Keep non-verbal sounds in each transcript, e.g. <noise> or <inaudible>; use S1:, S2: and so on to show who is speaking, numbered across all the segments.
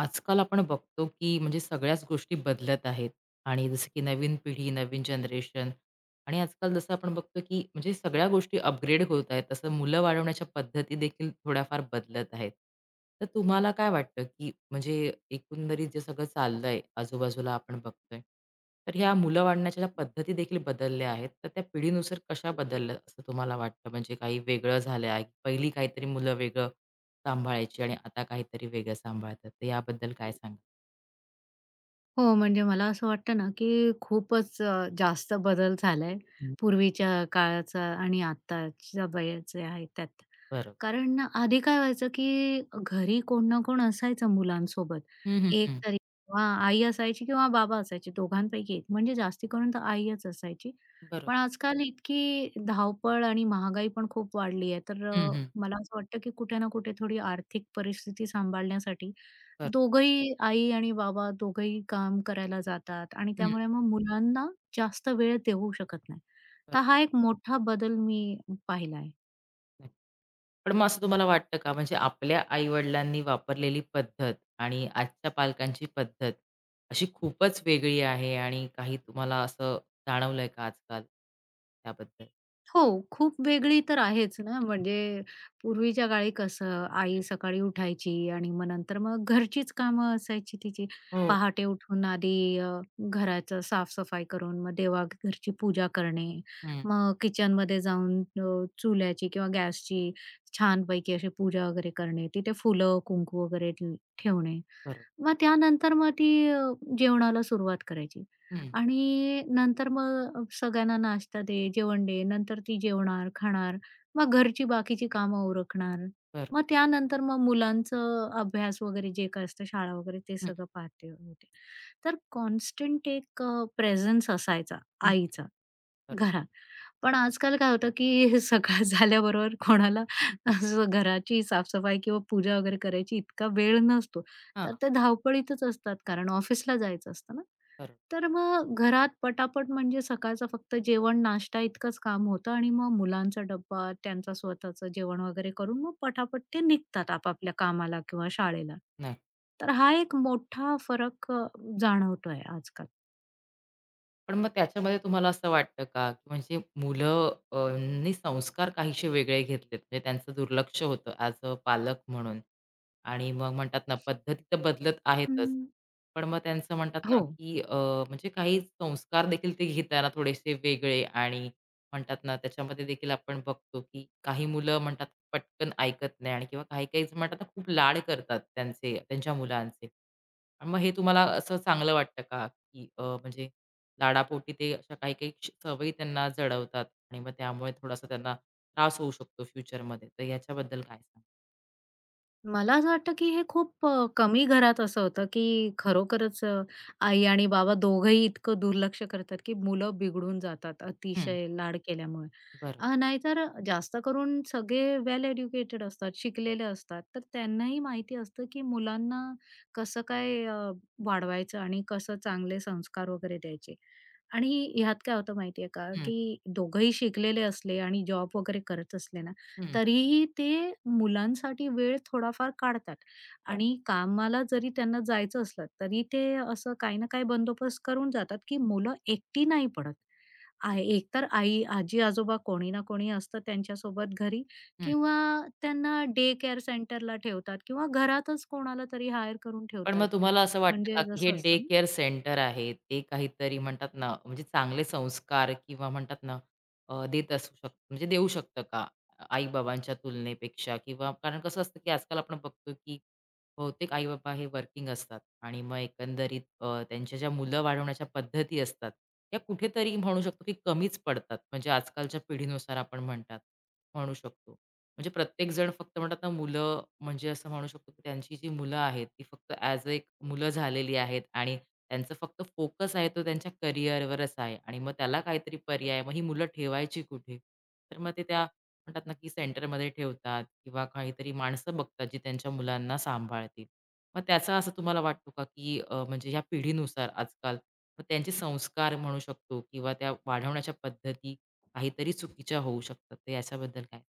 S1: आजकाल आपण बघतो की सगळ्याच गोष्टी बदलत आहेत आणि जसं की नवीन पिढी, नवीन जनरेशन. आणि आजकाल जसं आपण बघतो की सगळ्या गोष्टी अपग्रेड होत आहेत, तसं मुलं वाढवण्याच्या पद्धती देखील थोड्याफार बदलत आहेत. तर तुम्हाला काय वाटतं की म्हणजे एकंदरीत जे सगळं चाललंय आजूबाजूला आपण बघतोय, तर ह्या मुलं वाढण्याच्या ज्या पद्धती देखील बदलल्या आहेत, तर त्या पिढीनुसार कशा बदलल्या असं तुम्हाला वाटतं? म्हणजे काही वेगळं झालं आहे, पहिली काहीतरी मुलं वेगळं सांभाळायची आणि आता काहीतरी वेगळं सांभाळतात. तर याबद्दल काय सांगाल?
S2: हो, म्हणजे मला असं वाटतं ना, की खूपच जास्त बदल झालाय
S1: हं.
S2: पूर्वीच्या काळाचा आणि आत्ताच्या वयाचे आहेत त्यात.
S1: बरोबर.
S2: कारण ना आधी काय व्हायचं, की घरी कोण ना कोण असायचं मुलांसोबत.
S1: हं, हं,
S2: एक
S1: हं.
S2: तरी किंवा आई असायची किंवा बाबा असायचे दोघांपैकी एक म्हणजे जास्ती करून तर आईच असायची.
S1: बरोबर.
S2: पण आजकाल इतकी धावपळ आणि महागाई पण खूप वाढली आहे. तर
S1: हं, हं.
S2: मला असं वाटतं, की कुठे ना कुठे थोडी आर्थिक परिस्थिती सांभाळण्यासाठी
S1: बरोबर.
S2: दोघंही आई आणि बाबा दोघंही काम करायला जातात आणि
S1: हं.
S2: त्यामुळे मग मुलांना जास्त वेळ देऊ शकत नाही.
S1: बरोबर.
S2: तर हा एक मोठा बदल मी पाहिला आहे.
S1: नक्की. पण मग असं तुम्हाला वाटतं का, म्हणजे आपल्या आई-वडिलांनी वापरलेली पद्धत आणि आजच्या पालकांची पद्धत अशी खूपच वेगळी आहे आणि काही तुम्हाला असं जाणवलंय का आजकाल त्याबद्दल?
S2: हो, खूप वेगळी तर आहेच ना,
S1: हं.
S2: म्हणजे पूर्वीच्या काळी कसं आई सकाळी उठायची आणि मग नंतर मग घरचीच कामं असायची तिची.
S1: हो.
S2: पहाटे उठून आधी घराचं साफ-सफाई करून मग देवाघरची पूजा करणे.
S1: हं.
S2: मग किचनमध्ये जाऊन चुल्याची किंवा गॅसची छानपैकी अशी पूजा वगैरे करणे. तिथे फुलं, कुंकू वगैरे ठेवणे.
S1: बरोबर.
S2: मग त्यानंतर मग ती जेवणाला सुरुवात करायची
S1: हं.
S2: आणि नंतर मग सगळ्यांना नाश्ता दे, जेवण दे. नंतर ती जेवणार, खाणार. मग घरची बाकीची कामं उरकणार.
S1: बरोबर.
S2: मग त्यानंतर मग मुलांचं अभ्यास वगैरे जे काही असतं शाळा वगैरे ते
S1: हं,
S2: सगळं पाहते होते. तर कॉन्स्टंट एक असायचा
S1: हं.
S2: आईचा.
S1: बरोबर.
S2: घरात. पण आजकाल काय होतं, की सकाळ झाल्याबरोबर कोणाला
S1: हं.
S2: असं घराची साफसफाई किंवा पूजा वगैरे करायची इतका वेळ नसतो.
S1: हां.
S2: तर ते धावपळीतच असतात कारण ऑफिसला जायचं असतं ना.
S1: बरोबर.
S2: तर मग घरात पटापट म्हणजे सकाळचं फक्त जेवण, नाश्ता इतकंच काम होतं आणि मग मुलांचा डब्बा, त्यांचं स्वतःचं जेवण वगैरे करून मग पटापट ते निघतात आपापल्या कामाला किंवा शाळेला.
S1: नक्की.
S2: तर हा एक मोठा फरक जाणवतोय आजकाल.
S1: पण मग त्याच्यामध्ये तुम्हाला असं वाटतं का, की म्हणजे मुलं नी संस्कार काहीसे वेगळे घेतलेत, म्हणजे त्यांचं दुर्लक्ष होतं ॲज अ पालक म्हणून. आणि मग म्हणतात ना, पद्धती तर बदलत आहेतच.
S2: हं.
S1: पण मग त्यांचं म्हणतात ना,
S2: हो.
S1: की म्हणजे काही संस्कार देखील ते घेताना थोडेसे वेगळे. आणि म्हणतात ना, त्याच्यामध्ये देखील आपण बघतो, की काही मुलं म्हणतात पटकन ऐकत नाही. आणि किंवा काही-काही जण म्हणतात ना, खूप लाड करतात त्यांचे त्यांच्या मुलांचे. आणि मग हे तुम्हाला असं चांगलं वाटतं का, की म्हणजे लाडापोटी ते अशा काही-काही सवयी त्यांना जडवतात आणि मग त्यामुळे थोडासा त्यांना त्रास होऊ शकतो फ्युचरमध्ये. तर याच्याबद्दल काय सांगाल?
S2: मला असं वाटतं, की हे खूप कमी घरात असं होतं, की खरोखरच आई आणि बाबा दोघंही इतकं दुर्लक्ष करतात, की मुलं बिघडून जातात
S1: हं,
S2: अतिशय लाड केल्यामुळे.
S1: बरं.
S2: नाहीतर जास्त करून सगळे वेल एज्युकेटेड असतात, शिकलेले असतात. तर त्यांनाही माहिती असतं, की मुलांना कसं काय वाढवायचं आणि कसं चांगले संस्कार वगैरे द्यायचे. आणि ह्यात काय होतं माहितीये का, की दोघंही शिकलेले असले आणि जॉब वगैरे करत असले ना,
S1: हं,
S2: तरीही ते मुलांसाठी वेळ थोडाफार काढतात
S1: बरं.
S2: आणि कामाला जरी त्यांना जायचं असलं, तरी ते असं काही ना काही बंदोबस्त करून जातात, की मुलं एकटी नाही पडत. आहे एकतर आई, आजी-आजोबा कोणी ना कोणी असतं त्यांच्यासोबत घरी
S1: हं.
S2: किंवा त्यांना डे केअर सेंटरला ठेवतात किंवा घरातच कोणाला तरी हायर करून
S1: पण मग
S2: ठेवतात.
S1: तुम्हाला असं वाटतं का,
S2: म्हणजे
S1: की हे
S2: जसं
S1: डे
S2: असतं ना
S1: केअर सेंटर आहे, ते काहीतरी म्हणतात ना, म्हणजे चांगले संस्कार किंवा म्हणतात ना, देत असू शकतं म्हणजे देऊ शकतं का? आई-बाबांच्या तुलनेपेक्षा? किंवा कारण कसं असतं, की आजकाल आपण बघतो, की बहुतेक आई-बाबा हे वर्किंग असतात आणि मग एकंदरीत त्यांच्या ज्या मुलं वाढवण्याच्या पद्धती असतात, त्या कुठेतरी म्हणू शकतो, की कमीच पडतात. म्हणजे आजकालच्या पिढीनुसार आपण म्हणतात म्हणू शकतो. म्हणजे प्रत्येकजण फक्त म्हणतात ना, मुलं म्हणजे असं म्हणू शकतो, की त्यांची जी मुलं आहेत, ती फक्त ॲज एक मुलं झालेली आहेत आणि त्यांचा फक्त फोकस आहे तो त्यांच्या करिअरवरच आहे. आणि मग त्याला काहीतरी पर्याय, मग ही मुलं ठेवायची कुठे? तर मग ते त्या म्हणतात ना, की सेंटरमध्ये ठेवतात किंवा काहीतरी माणसं बघतात, जी त्यांच्या मुलांना सांभाळतील. मग त्याचा असं तुम्हाला वाटतो का, की म्हणजे ह्या पिढीनुसार आजकाल मग त्यांचे संस्कार म्हणू शकतो किंवा त्या वाढवण्याच्या पद्धती काहीतरी चुकीच्या होऊ शकतात, तर याच्याबद्दल काय?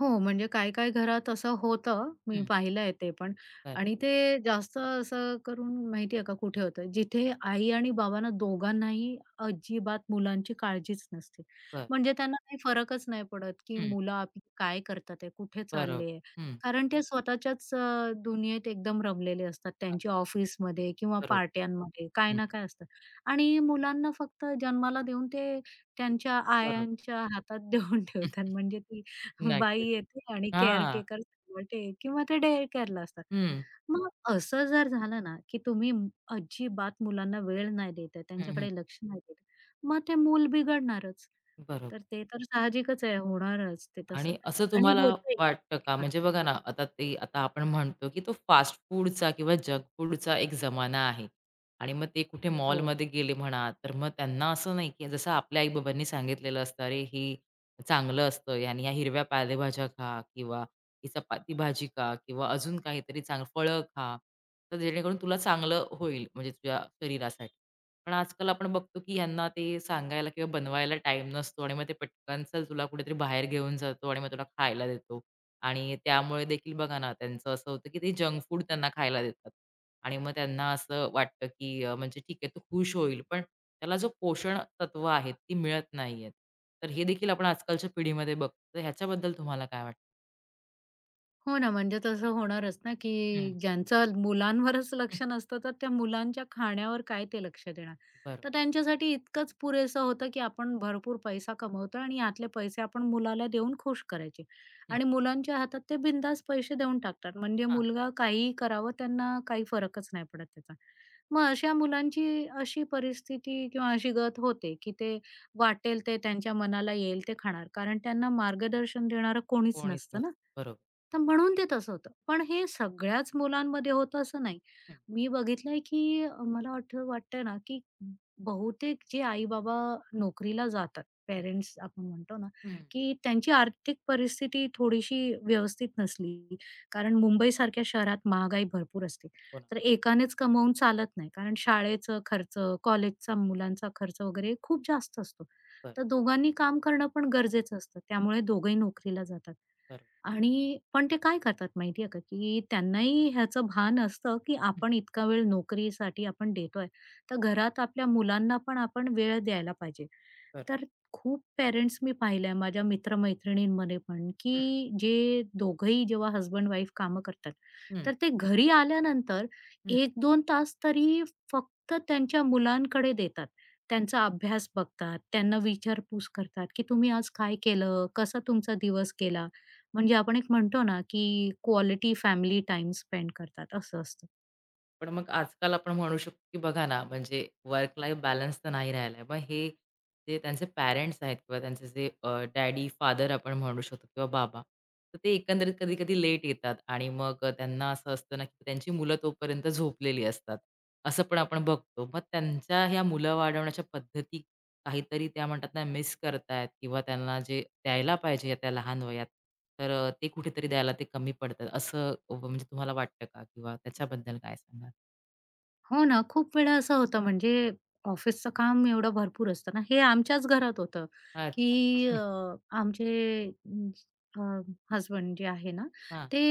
S2: हो, म्हणजे काही-काही घरात असं होतं. मी
S1: हं.
S2: पाहिलंय ते पण आणि ते जास्त असं करून माहिती आहे का कुठे होतं, जिथे आई आणि बाबांना दोघांनाही अजिबात मुलांची काळजीच नसते.
S1: बरं.
S2: म्हणजे त्यांना काही फरकच नाही पडत, की
S1: हं.
S2: मुलं आपली काय करतात आहे, कुठे
S1: बरोबर.
S2: चालले आहे.
S1: हं.
S2: कारण ते स्वतःच्याच दुनियेत एकदम रमलेले असतात. त्यांच्या ऑफिसमध्ये किंवा
S1: बरोबर.
S2: पार्ट्यांमध्ये काय
S1: हं,
S2: ना काय असतं आणि मुलांना फक्त जन्माला देऊन ते त्यांच्या
S1: बरोबर.
S2: आयांच्या हातात <laughs> देऊन
S1: हं.
S2: ठेवतात. म्हणजे ती बाई
S1: नक्कीच.
S2: येते आणि
S1: हां.
S2: केअरटेकर सांभाळते किंवा ते डेअर केअरला असतात.
S1: हं.
S2: मग असं जर झालं ना, की तुम्ही अजिबात मुलांना वेळ नाही देत आहे,
S1: हं, हं.
S2: त्यांच्याकडे लक्ष नाही देत, मग ते मूल बिघडणारच. तर
S1: बरोबर.
S2: ते तर साहजिकच आहे, होणारच ते तसं
S1: आणि असं
S2: आणि
S1: तुम्हाला
S2: होतंय.
S1: वाटतं का? म्हणजे बघा ना, आता ते आता आपण म्हणतो, की तो फास्ट फूडचा किंवा जंक फूडचा एक जमाना आहे. आणि मग ते कुठे
S2: हो.
S1: मॉलमध्ये गेले म्हणा, तर मग त्यांना असं नाही, की जसं आपल्या आई-बाबांनी सांगितलेलं असतं, "अरे, हे चांगलं असतं आणि ह्या हिरव्या पालेभाज्या खा किंवा ही चपाती भाजी खा किंवा अजून काहीतरी चांगलं फळं खा, तर जेणेकरून तुला चांगलं होईल म्हणजे तुझ्या शरीरासाठी." पण आजकाल आपण बघतो, की ह्यांना ते सांगायला किंवा बनवायला टाइम नसतो आणि मग ते पटकन, "चल तुला कुठेतरी बाहेर घेऊन जातो आणि मग तुला खायला देतो." आणि त्यामुळे देखील बघा ना, त्यांचं असं होतं, की ते जंक फूड त्यांना खायला देतात. आणि मग त्यांना असं वाटतं, की म्हणजे ठीक आहे तो खुश होईल, पण त्याला जो पोषण तत्व आहेत ती मिळत नाहीयेत. तर हे देखील आपण आजकालच्या पिढीमध्ये बघतो. तर ह्याच्याबद्दल तुम्हाला काय वाटतं?
S2: हो ना, म्हणजे तसं होणारच ना, की
S1: हं,
S2: ज्यांचं मुलांवरच
S1: हं.
S2: लक्ष नसतं, तर त्या मुलांच्या खाण्यावर काय ते लक्ष देणार.
S1: बरोबर.
S2: तर त्यांच्यासाठी इतकंच पुरेसं होतं, की आपण भरपूर पैसा कमवतो आणि यातले पैसे आपण मुलाला देऊन खुश करायचे.
S1: हं.
S2: आणि मुलांच्या हातात ते बिनधास्त पैसे देऊन टाकतात. म्हणजे
S1: हां.
S2: मुलगा काहीही करावं त्यांना काही फरकच नाही पडत त्याचा. मग अशा मुलांची अशी परिस्थिती किंवा अशी गत होते, की ते वाटेल ते त्यांच्या मनाला येईल ते खाणार. कारण त्यांना मार्गदर्शन देणारं कोणीच
S1: कोणीच
S2: नसतं ना.
S1: नसतं. बरोबर.
S2: तर म्हणून ते तसं होतं. पण हे सगळ्याच मुलांमध्ये होतं असं नाही.
S1: हं,
S2: मी बघितलंय, की मला वाटतंय ना, की बहुतेक जे आई-बाबा नोकरीला जातात,
S1: हं,
S2: पेरेंट्स आपण म्हणतो ना,
S1: हं.
S2: की त्यांची आर्थिक परिस्थिती थोडीशी व्यवस्थित नसली, कारण मुंबईसारख्या शहरात महागाई भरपूर असते.
S1: हो.
S2: तर एकानेच कमवून चालत नाही. कारण शाळेचं खर्च, कॉलेजचा मुलांचा खर्च वगैरे खूप जास्त असतो.
S1: बरं,
S2: तर दोघांनी काम करणं पण गरजेचं असतं. त्यामुळे दोघंही नोकरीला जातात.
S1: बरं,
S2: आणि पण ते काय करतात माहितीये का, की त्यांनाही ह्याचं भान असतं, की आपण इतका वेळ नोकरीसाठी आपण देतोय, तर घरात आपल्या मुलांना पण आपण वेळ द्यायला पाहिजे.
S1: बरं.
S2: तर खूप पेरेंट्स मी पाहिलंय माझ्या मित्र-मैत्रिणींमध्ये पण, की जे दोघंही जेव्हा हसबंड-वाईफ कामं करतात,
S1: हं, हं.
S2: तर ते घरी आल्यानंतर 1-2 तास तरी फक्त त्यांच्या मुलांकडे देतात. त्यांचा अभ्यास बघतात, त्यांना विचारपूस करतात, की तुम्ही आज काय केलं? कसा तुमचा दिवस गेला? म्हणजे आपण एक म्हणतो ना, की क्वालिटी फॅमिली टाइम स्पेंड करतात असं असतं.
S1: पण मग आजकाल आपण म्हणू शकतो, की बघा ना, म्हणजे वर्क लाईफ बॅलन्स तर नाही राहिला आहे. मग हे जे त्यांचे पॅरेंट्स आहेत किंवा त्यांचे जे डॅडी, फादर आपण म्हणू शकतो किंवा बाबा, तर ते एकंदरीत कधी-कधी लेट येतात आणि मग त्यांना असं असतं ना, की त्यांची मुलं तोपर्यंत झोपलेली असतात. असं पण आपण बघतो. मग त्यांच्या ह्या मुलं वाढवण्याच्या पद्धती काहीतरी त्या म्हणतात ना, मिस करतायत किंवा त्यांना जे द्यायला पाहिजे त्या लहान वयात, तर ते कुठेतरी द्यायला ते कमी पडतात. असं म्हणजे तुम्हाला वाटतं का? किंवा त्याच्याबद्दल काय सांगाल?
S2: हो ना, खूप वेळा असं होतं म्हणजे ऑफिसचं काम एवढं भरपूर असतं ना, हे आमच्याच घरात होतं,
S1: अच्छा.
S2: की
S1: हं.
S2: आमचे अ, हसबंड जे आहे ना,
S1: हां.
S2: ते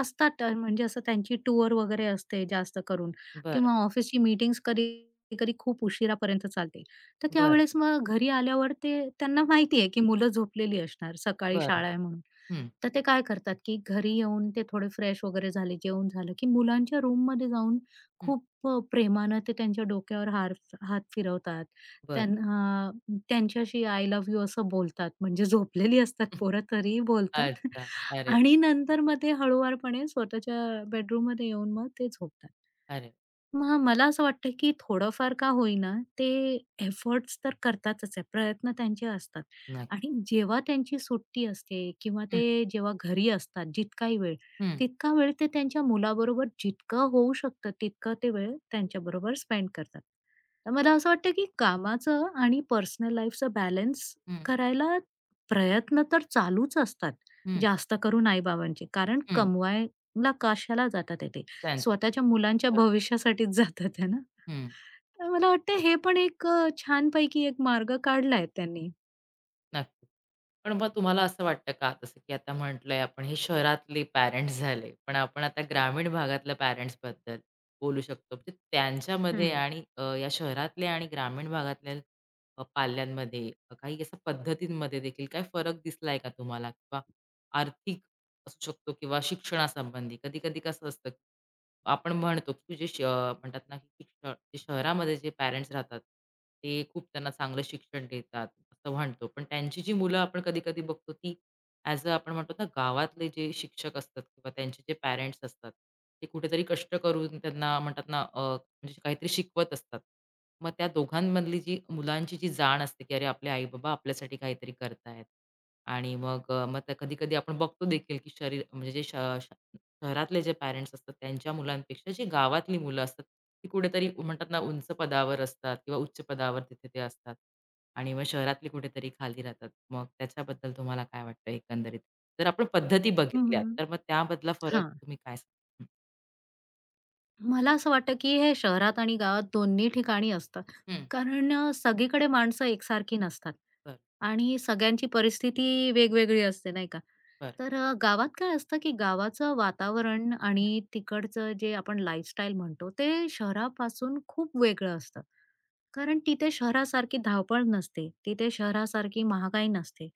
S2: असतात म्हणजे असं त्यांची टूर वगैरे असते जास्त करून
S1: बरं,
S2: किंवा ऑफिसची मीटिंग्स कधी-कधी खूप उशिरापर्यंत चालते. तर
S1: बरं,
S2: त्यावेळेस मग घरी आल्यावर ते त्यांना माहिती आहे, की मुलं झोपलेली असणार, सकाळी
S1: बरं.
S2: शाळा आहे म्हणून.
S1: हं,
S2: तर ते काय करतात, की घरी येऊन ते थोडे फ्रेश वगैरे झाले, जेवण झालं, की मुलांच्या रूममध्ये जाऊन
S1: हं.
S2: खूप प्रेमानं ते त्यांच्या डोक्यावर हात फिरवतात.
S1: बरं.
S2: त्यांना त्यांच्याशी आय लव्ह यू असं बोलतात. म्हणजे झोपलेली असतात
S1: हं.
S2: पोरं तरीही बोलतात <laughs>
S1: अच्छा. अरे,
S2: आणि नंतर मग ते हळूवारपणे स्वतःच्या बेडरूममध्ये येऊन मग ते झोपतात.
S1: अरे!
S2: मग मला असं वाटतं, की थोडंफार का होईना ते एफर्ट्स तर करतातच आहे. प्रयत्न त्यांचे असतात
S1: नक्की.
S2: आणि जेव्हा त्यांची सुट्टी असते किंवा
S1: हं,
S2: ते जेव्हा घरी असतात जितकाही वेळ,
S1: हं,
S2: तितका वेळ ते त्यांच्या मुलाबरोबर जितकं होऊ शकतं, तितका ते वेळ त्यांच्याबरोबर स्पेंड करतात. तर मला असं वाटतं, की कामाचं आणि पर्सनल लाईफचं बॅलन्स
S1: हं,
S2: करायला प्रयत्न तर चालूच असतात,
S1: हं,
S2: जास्त करून आई-बाबांचे. कारण
S1: हं.
S2: कमवायला कशाला जातात आहे ते?
S1: त्यांच्यात.
S2: स्वतःच्या मुलांच्या
S1: बरं.
S2: भविष्यासाठीच जातात आहे ना.
S1: हं.
S2: तर मला वाटतं हे पण एक छानपैकी एक मार्ग काढला त्यांनी.
S1: नक्कीच. पण मग तुम्हाला असं वाटतं का, जसं की आता म्हटलंय आपण हे शहरातले पॅरेंट्स झाले, पण आपण आता ग्रामीण भागातल्या पॅरेंट्सबद्दल बोलू शकतो. म्हणजे त्यांच्यामध्ये
S2: हं.
S1: आणि या शहरातल्या आणि ग्रामीण भागातल्या पाल्यांमध्ये काही अशा पद्धतींमध्ये देखील काही फरक दिसलाय का तुम्हाला? किंवा आर्थिक असू शकतो किंवा शिक्षणासंबंधी. कधी-कधी कसं असतं, की आपण म्हणतो की जे म्हणतात ना की शहरामध्ये जे पॅरेंट्स राहतात, ते खूप त्यांना चांगलं शिक्षण देतात, असं म्हणतो. पण त्यांची जी मुलं आपण कधी-कधी बघतो, ती ॲज अ आपण म्हणतो ना, गावातले जे शिक्षक असतात किंवा त्यांचे जे पॅरेंट्स असतात, ते कुठेतरी कष्ट करून त्यांना म्हणतात ना म्हणजे काहीतरी शिकवत असतात. मग त्या दोघांमधली जी मुलांची जी जाण असते, की अरे आपले आई-बाबा आपल्यासाठी काहीतरी करतायत. आणि मग मग कधी-कधी आपण बघतो देखील, की शरीर म्हणजे जे श श शहरातले जे पॅरेंट्स असतात त्यांच्या मुलांपेक्षा जी गावातली मुलं असतात, ती कुठेतरी म्हणतात ना उंच पदावर असतात किंवा उच्च पदावर तिथे ते असतात. आणि मग शहरातली कुठेतरी खाली राहतात. मग त्याच्याबद्दल तुम्हाला काय वाटतं एकंदरीत? जर आपण पद्धती
S2: हं,
S1: बघितल्या
S2: हं.
S1: तर मग त्यामधला फरक तुम्ही काय सांगाल?
S2: मला असं वाटतं की हे शहरात आणि गावात दोन्ही ठिकाणी असतं.
S1: हं, हं,
S2: कारण सगळीकडे माणसं एकसारखी नसतात
S1: बरं,
S2: आणि सगळ्यांची परिस्थिती वेगवेगळी असते, नाही का?
S1: बरं.
S2: तर गावात काय असतं की गावाचं वातावरण
S1: हं,
S2: आणि तिकडचं जे आपण लाईफस्टाईल म्हणतो, ते शहरापासून खूप वेगळं असतं. कारण तिथे शहरासारखी धावपळ नसते. तिथे शहरासारखी महागाई नसते.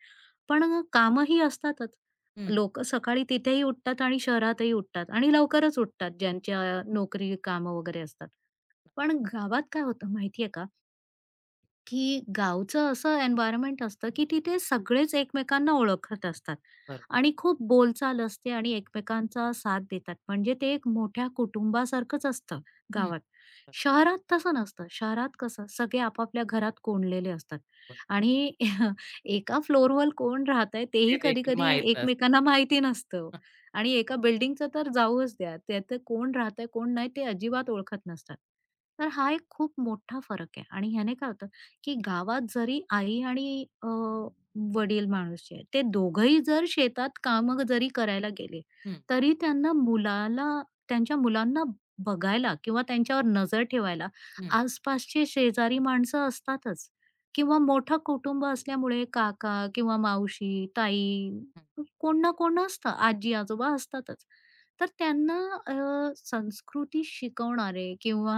S2: पण असतातच.
S1: हं.
S2: लोकं सकाळी तिथेही उठतात आणि शहरातही उठतात आणि लवकरच उठतात ज्यांच्या नोकरी, कामं वगैरे असतात. पण गावात काय होतं माहिती का? की गावचं असं एन्व्हायर्नमेंट असतं, की तिथे सगळेच एकमेकांना ओळखत असतात
S1: बरं.
S2: आणि खूप बोलचाल असते आणि एकमेकांचा साथ देतात. म्हणजे ते एक मोठ्या कुटुंबासारखंच असतं
S1: हं.
S2: गावात. शहरात तसं नसतं. शहरात कसं सगळे आपापल्या घरात कोंडलेले असतात
S1: बरोबर.
S2: आणि <laughs> एका फ्लोअरवर कोण राहतंय
S1: ते
S2: तेही
S1: देखील
S2: कधी-कधी
S1: माहीत नसतं.
S2: एकमेकांना माहिती नसतं आणि
S1: हो.
S2: एका बिल्डिंगचं तर जाऊच द्या. त्यात कोण राहतंय, कोण नाही ते अजिबात ओळखत नसतात. तर हा एक खूप मोठा फरक आहे आणि ह्याने काय होतं की गावात जरी आई आणि वडील माणूस जे आहे, ते दोघंही जर शेतात कामं जरी करायला गेले,
S1: हं,
S2: तरी त्यांना मुलाला त्यांच्या मुलांना बघायला किंवा त्यांच्यावर नजर ठेवायला
S1: हं,
S2: आसपासचे शेजारी माणसं असतातच किंवा मोठं कुटुंब असल्यामुळे काका किंवा मावशी, ताई
S1: हं,
S2: कोण ना कोण असतं, आजी-आजोबा असतातच. तर त्यांना संस्कृती शिकवणारे किंवा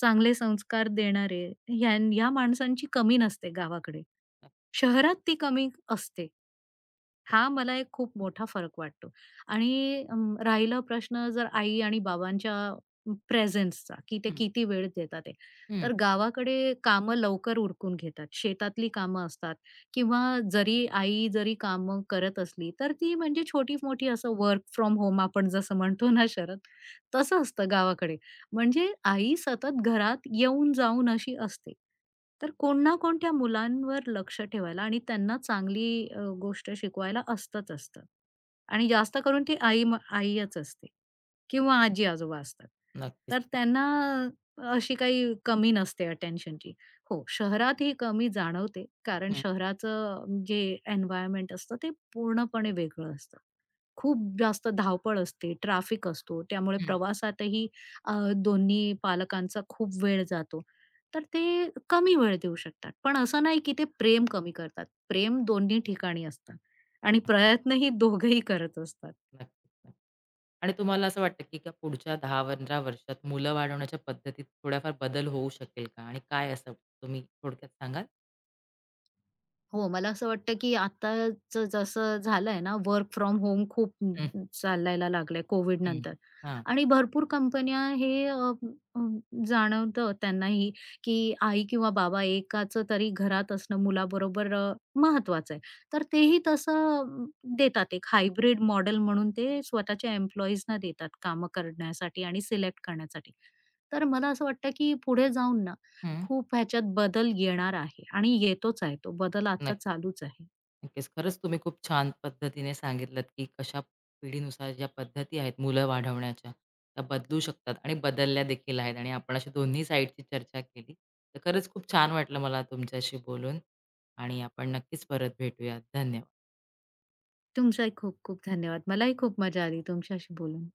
S2: चांगले संस्कार देणारे, ह्या ह्या माणसांची कमी नसते गावाकडे. शहरात ती कमी असते. हा मला एक खूप मोठा फरक वाटतो. आणि राहिला प्रश्न जर आई आणि बाबांच्या प्रेझेन्सचा, की ते
S1: हं,
S2: किती वेळ देतात ते,
S1: हं.
S2: तर गावाकडे कामं लवकर उरकून घेतात. शेतातली कामं असतात किंवा जरी आई जरी कामं करत असली, तर ती म्हणजे छोटी-मोठी असं वर्क फ्रॉम होम आपण जसं म्हणतो ना शरद, तसं असतं गावाकडे. म्हणजे आई सतत घरात येऊन-जाऊन अशी असते. तर कोण ना कोण त्या मुलांवर लक्ष ठेवायला आणि त्यांना चांगली गोष्ट शिकवायला असतंच असतं. आणि जास्त करून ती आई म आईच असते किंवा आजी-आजोबा असतात.
S1: नक्कीच.
S2: तर त्यांना अशी काही कमी नसते अटेन्शनची. हो, शहरात ही कमी जाणवते कारण
S1: हं,
S2: शहराचं जे एन्व्हायर्नमेंट असतं ते पूर्णपणे वेगळं असतं. खूप जास्त धावपळ असते, ट्रॅफिक असतो, त्यामुळे
S1: हं.
S2: प्रवासातही अ, दोन्ही पालकांचा खूप वेळ जातो. तर ते कमी वेळ देऊ शकतात. पण असं नाही की ते प्रेम कमी करतात. प्रेम दोन्ही ठिकाणी असतं आणि प्रयत्नही दोघंही करत असतात.
S1: नक्कीच, नक्कीच. आणि तुम्हाला असं वाटतं, की का पुढच्या 10-15 वर्षात मुलं वाढवण्याच्या पद्धतीत थोडाफार बदल होऊ शकेल का? आणि काय असं तुम्ही थोडक्यात सांगाल?
S2: हो, मला असं वाटतं, की आताचं जसं झालंय ना, वर्क फ्रॉम होम खूप
S1: हं,
S2: चालायला लागलंय कोविड
S1: हं.
S2: नंतर
S1: हां.
S2: आणि भरपूर कंपन्या हे अ, अ, जाणवतं त्यांनाही, की आई किंवा बाबा एकाचं तरी घरात असणं मुलाबरोबर महत्वाचं आहे. तर तेही तसं देतात एक हायब्रिड मॉडेल म्हणून ते स्वतःच्या एम्प्लॉईजना देतात कामं करण्यासाठी आणि सिलेक्ट करण्यासाठी. तर मला असं वाटतं, की पुढे जाऊन ना
S1: हं.
S2: खूप ह्याच्यात बदल येणार आहे आणि येतोच आहे तो. बदल आता
S1: नक्की.
S2: चालूच आहे.
S1: नक्कीच. खरंच तुम्ही खूप छान पद्धतीने सांगितलंत, की कशा पिढीनुसार ज्या पद्धती आहेत मुलं वाढवण्याच्या, त्या बदलू शकतात आणि बदलल्या देखील आहेत आणि आपण अशी दोन्ही साईडची चर्चा केली. तर खरंच खूप छान वाटलं मला तुमच्याशी बोलून आणि आपण नक्कीच परत भेटूयात. धन्यवाद.
S2: तुमचाही खूप खूप धन्यवाद. मलाही खूप मजा आली तुमच्याशी बोलून.